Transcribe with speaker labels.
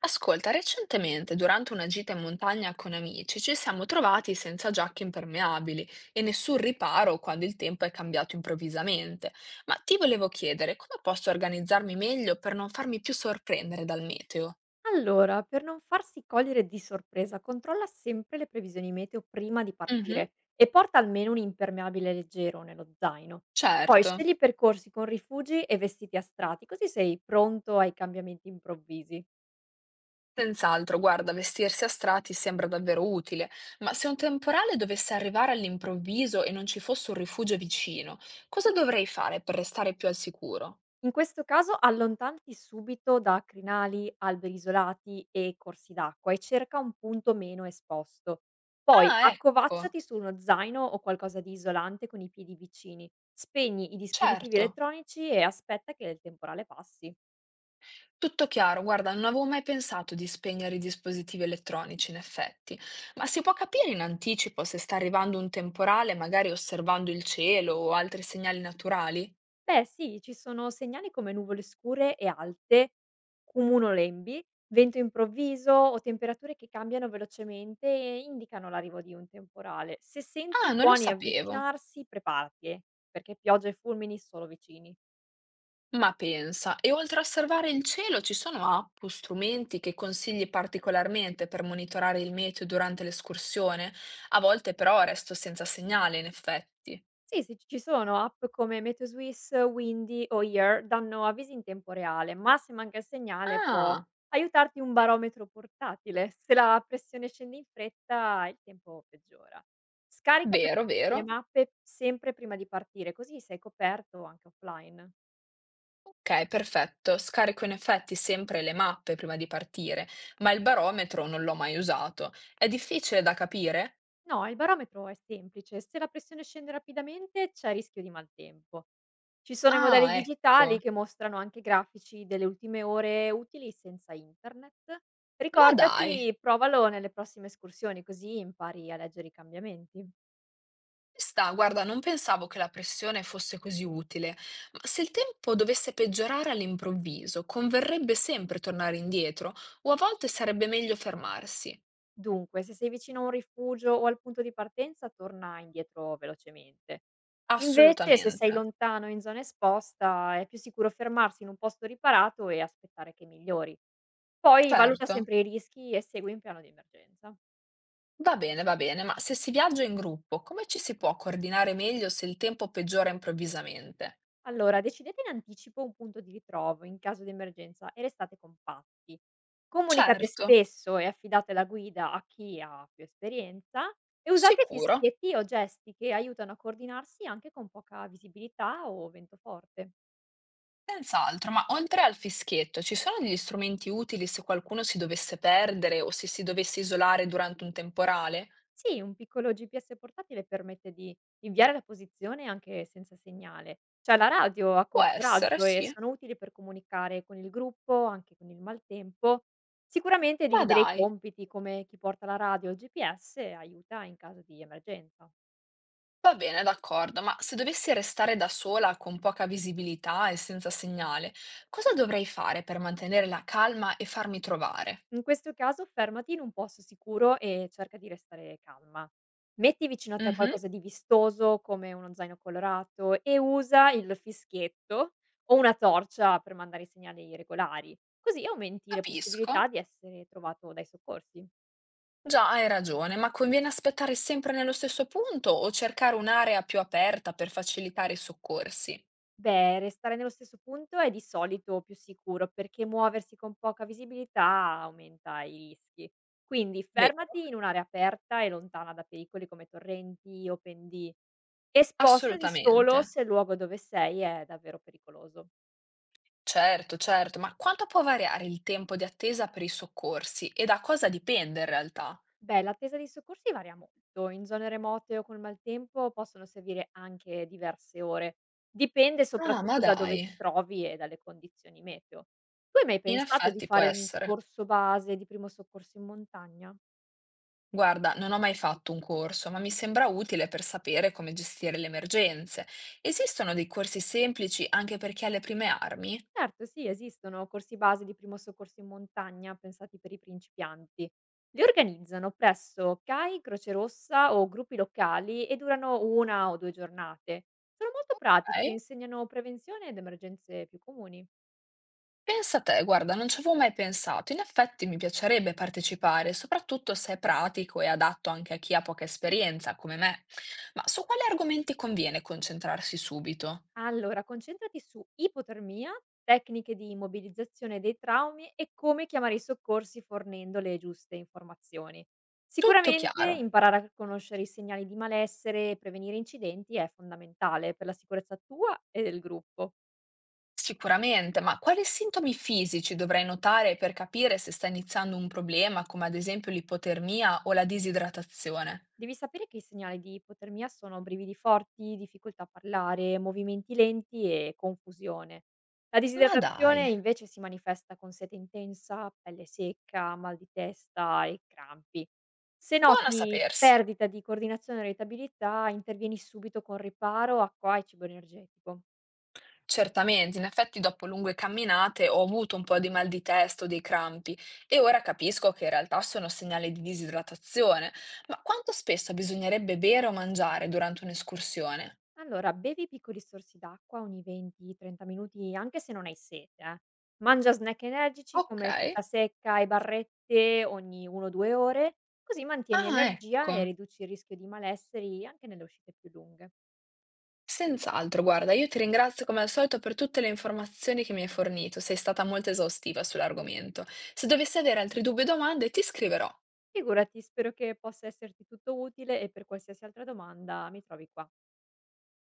Speaker 1: Ascolta, recentemente, durante una gita in montagna con amici, ci siamo trovati senza giacche impermeabili e nessun riparo quando il tempo è cambiato improvvisamente. Ma ti volevo chiedere, come posso organizzarmi meglio per non farmi più sorprendere dal meteo?
Speaker 2: Allora, per non farsi cogliere di sorpresa, controlla sempre le previsioni meteo prima di
Speaker 1: Mhm,
Speaker 2: partire e porta almeno un impermeabile leggero nello zaino. Poi
Speaker 1: certo.
Speaker 2: scegli percorsi con rifugi e vestiti a strati, così sei pronto ai cambiamenti improvvisi.
Speaker 1: Senz'altro, guarda, vestirsi a strati sembra davvero utile, ma se un temporale dovesse arrivare all'improvviso e non ci fosse un rifugio vicino, cosa dovrei fare per restare più al sicuro?
Speaker 2: In questo caso allontanati subito da crinali, alberi isolati e corsi d'acqua e cerca un punto meno esposto. Poi
Speaker 1: Ah, ecco,
Speaker 2: accovacciati su uno zaino o qualcosa di isolante con i piedi vicini. Spegni i dispositivi
Speaker 1: certo.
Speaker 2: elettronici e aspetta che il temporale passi.
Speaker 1: Tutto chiaro, guarda, non avevo mai pensato di spegnere i dispositivi elettronici, in effetti, ma si può capire in anticipo se sta arrivando un temporale, magari osservando il cielo o altri segnali naturali?
Speaker 2: Beh sì, ci sono segnali come nuvole scure e alte, cumulolembi, vento improvviso o temperature che cambiano velocemente e indicano l'arrivo di un temporale. Se
Speaker 1: Ah,
Speaker 2: senti
Speaker 1: non lo
Speaker 2: tuoni
Speaker 1: sapevo.
Speaker 2: avvicinarsi, preparati, perché pioggia e fulmini sono vicini.
Speaker 1: Ma pensa, e oltre a osservare il cielo ci sono app o strumenti che consigli particolarmente per monitorare il meteo durante l'escursione? A volte però resto senza segnale, in effetti.
Speaker 2: Sì, sì, ci sono app come MeteoSwiss, Windy o Year danno avvisi in tempo reale, ma se manca il segnale può
Speaker 1: Ah,
Speaker 2: aiutarti un barometro portatile. Se la pressione scende in fretta, il tempo peggiora. Scarica pre-
Speaker 1: vero,
Speaker 2: le
Speaker 1: vero.
Speaker 2: mappe sempre prima di partire, così sei coperto anche offline.
Speaker 1: Ok, perfetto. Scarico in effetti sempre le mappe prima di partire, ma il barometro non l'ho mai usato. È difficile da capire?
Speaker 2: No, il barometro è semplice, se la pressione scende rapidamente c'è rischio di maltempo. Ci sono i
Speaker 1: Ah,
Speaker 2: modelli digitali
Speaker 1: ecco.
Speaker 2: che mostrano anche grafici delle ultime ore utili senza internet.
Speaker 1: Ma dai, ci
Speaker 2: Ricordati, provalo nelle prossime escursioni così impari a leggere i cambiamenti.
Speaker 1: sta, guarda, non pensavo che la pressione fosse così utile. Ma se il tempo dovesse peggiorare all'improvviso, converrebbe sempre tornare indietro, o a volte sarebbe meglio fermarsi?
Speaker 2: Dunque, se sei vicino a un rifugio o al punto di partenza, torna indietro velocemente. Invece, se
Speaker 1: Assolutamente.
Speaker 2: sei lontano in zona esposta, è più sicuro fermarsi in un posto riparato e aspettare che migliori. Poi valuta
Speaker 1: Certo.
Speaker 2: sempre i rischi e segui un piano di emergenza.
Speaker 1: Va bene, ma se si viaggia in gruppo, come ci si può coordinare meglio se il tempo peggiora improvvisamente?
Speaker 2: Allora, decidete in anticipo un punto di ritrovo in caso di emergenza e restate compatti. Comunicate
Speaker 1: Certo,
Speaker 2: spesso e affidate la guida a chi ha più esperienza e usate
Speaker 1: sicuro,
Speaker 2: fischietti o gesti che aiutano a coordinarsi anche con poca visibilità o vento forte.
Speaker 1: senz'altro, ma oltre al fischietto, ci sono degli strumenti utili se qualcuno si dovesse perdere o se si dovesse isolare durante un temporale?
Speaker 2: Sì, un piccolo GPS portatile permette di inviare la posizione anche senza segnale. C'è la radio a
Speaker 1: Può
Speaker 2: corto
Speaker 1: essere,
Speaker 2: raggio e
Speaker 1: sì.
Speaker 2: sono utili per comunicare con il gruppo, anche con il maltempo. Sicuramente
Speaker 1: Ma
Speaker 2: dividere i
Speaker 1: dai,
Speaker 2: compiti come chi porta la radio o il GPS aiuta in caso di emergenza.
Speaker 1: va bene, d'accordo, ma se dovessi restare da sola con poca visibilità e senza segnale, cosa dovrei fare per mantenere la calma e farmi trovare?
Speaker 2: In questo caso fermati in un posto sicuro e cerca di restare calma. Metti vicino a te
Speaker 1: Mhm,
Speaker 2: qualcosa di vistoso come uno zaino colorato e usa il fischietto o una torcia per mandare segnali regolari, così aumenti le possibilità
Speaker 1: capisco.
Speaker 2: di essere trovato dai soccorsi.
Speaker 1: Già, hai ragione, ma conviene aspettare sempre nello stesso punto o cercare un'area più aperta per facilitare i soccorsi?
Speaker 2: Beh, restare nello stesso punto è di solito più sicuro, perché muoversi con poca visibilità aumenta i rischi. Quindi
Speaker 1: Vero,
Speaker 2: fermati in un'area aperta e lontana da pericoli come torrenti o pendii e spostati solo
Speaker 1: assolutamente.
Speaker 2: se il luogo dove sei è davvero pericoloso.
Speaker 1: Certo, certo, ma quanto può variare il tempo di attesa per i soccorsi e da cosa dipende in realtà?
Speaker 2: Beh, l'attesa dei soccorsi varia molto. In zone remote o col maltempo possono servire anche diverse ore. Dipende
Speaker 1: Ah, ma
Speaker 2: soprattutto da dove
Speaker 1: dai,
Speaker 2: ti trovi e dalle condizioni meteo. Tu hai mai
Speaker 1: in
Speaker 2: pensato di
Speaker 1: effetti può
Speaker 2: fare un
Speaker 1: essere.
Speaker 2: corso base di primo soccorso in montagna?
Speaker 1: Guarda, non ho mai fatto un corso, ma mi sembra utile per sapere come gestire le emergenze. Esistono dei corsi semplici anche per chi ha le prime armi?
Speaker 2: Certo, sì, esistono corsi base di primo soccorso in montagna pensati per i principianti. Li organizzano presso CAI, Croce Rossa o gruppi locali e durano una o due giornate. Sono molto pratici e
Speaker 1: Ok.
Speaker 2: insegnano prevenzione ed emergenze più comuni.
Speaker 1: Pensa te, guarda, non ci avevo mai pensato. In effetti mi piacerebbe partecipare, soprattutto se è pratico e adatto anche a chi ha poca esperienza, come me. Ma su quali argomenti conviene concentrarsi subito?
Speaker 2: Allora, concentrati su ipotermia, tecniche di immobilizzazione dei traumi e come chiamare i soccorsi fornendo le giuste informazioni.
Speaker 1: Tutto
Speaker 2: Sicuramente
Speaker 1: chiaro.
Speaker 2: imparare a conoscere i segnali di malessere e prevenire incidenti è fondamentale per la sicurezza tua e del gruppo.
Speaker 1: Sicuramente, ma quali sintomi fisici dovrei notare per capire se sta iniziando un problema, come ad esempio l'ipotermia o la disidratazione?
Speaker 2: Devi sapere che i segnali di ipotermia sono brividi forti, difficoltà a parlare, movimenti lenti e confusione. La
Speaker 1: Ma dai,
Speaker 2: disidratazione invece si manifesta con sete intensa, pelle secca, mal di testa e crampi. Se
Speaker 1: buono a
Speaker 2: noti
Speaker 1: sapersi.
Speaker 2: perdita di coordinazione e irritabilità, intervieni subito con riparo, acqua e cibo energetico.
Speaker 1: Certamente, in effetti dopo lunghe camminate ho avuto un po' di mal di testa o dei crampi e ora capisco che in realtà sono segnali di disidratazione. Ma quanto spesso bisognerebbe bere o mangiare durante un'escursione?
Speaker 2: Allora, bevi piccoli sorsi d'acqua ogni 20, 30 minuti, anche se non hai sete, Mangia snack energici
Speaker 1: Ok.
Speaker 2: come frutta secca e barrette ogni 1, 2 ore, così mantieni
Speaker 1: Ah, ecco.
Speaker 2: energia e riduci il rischio di malesseri anche nelle uscite più lunghe.
Speaker 1: Senz'altro, guarda, io ti ringrazio come al solito per tutte le informazioni che mi hai fornito, sei stata molto esaustiva sull'argomento. Se dovessi avere altri dubbi o domande, ti scriverò.
Speaker 2: Figurati, spero che possa esserti tutto utile e per qualsiasi altra domanda mi trovi qua.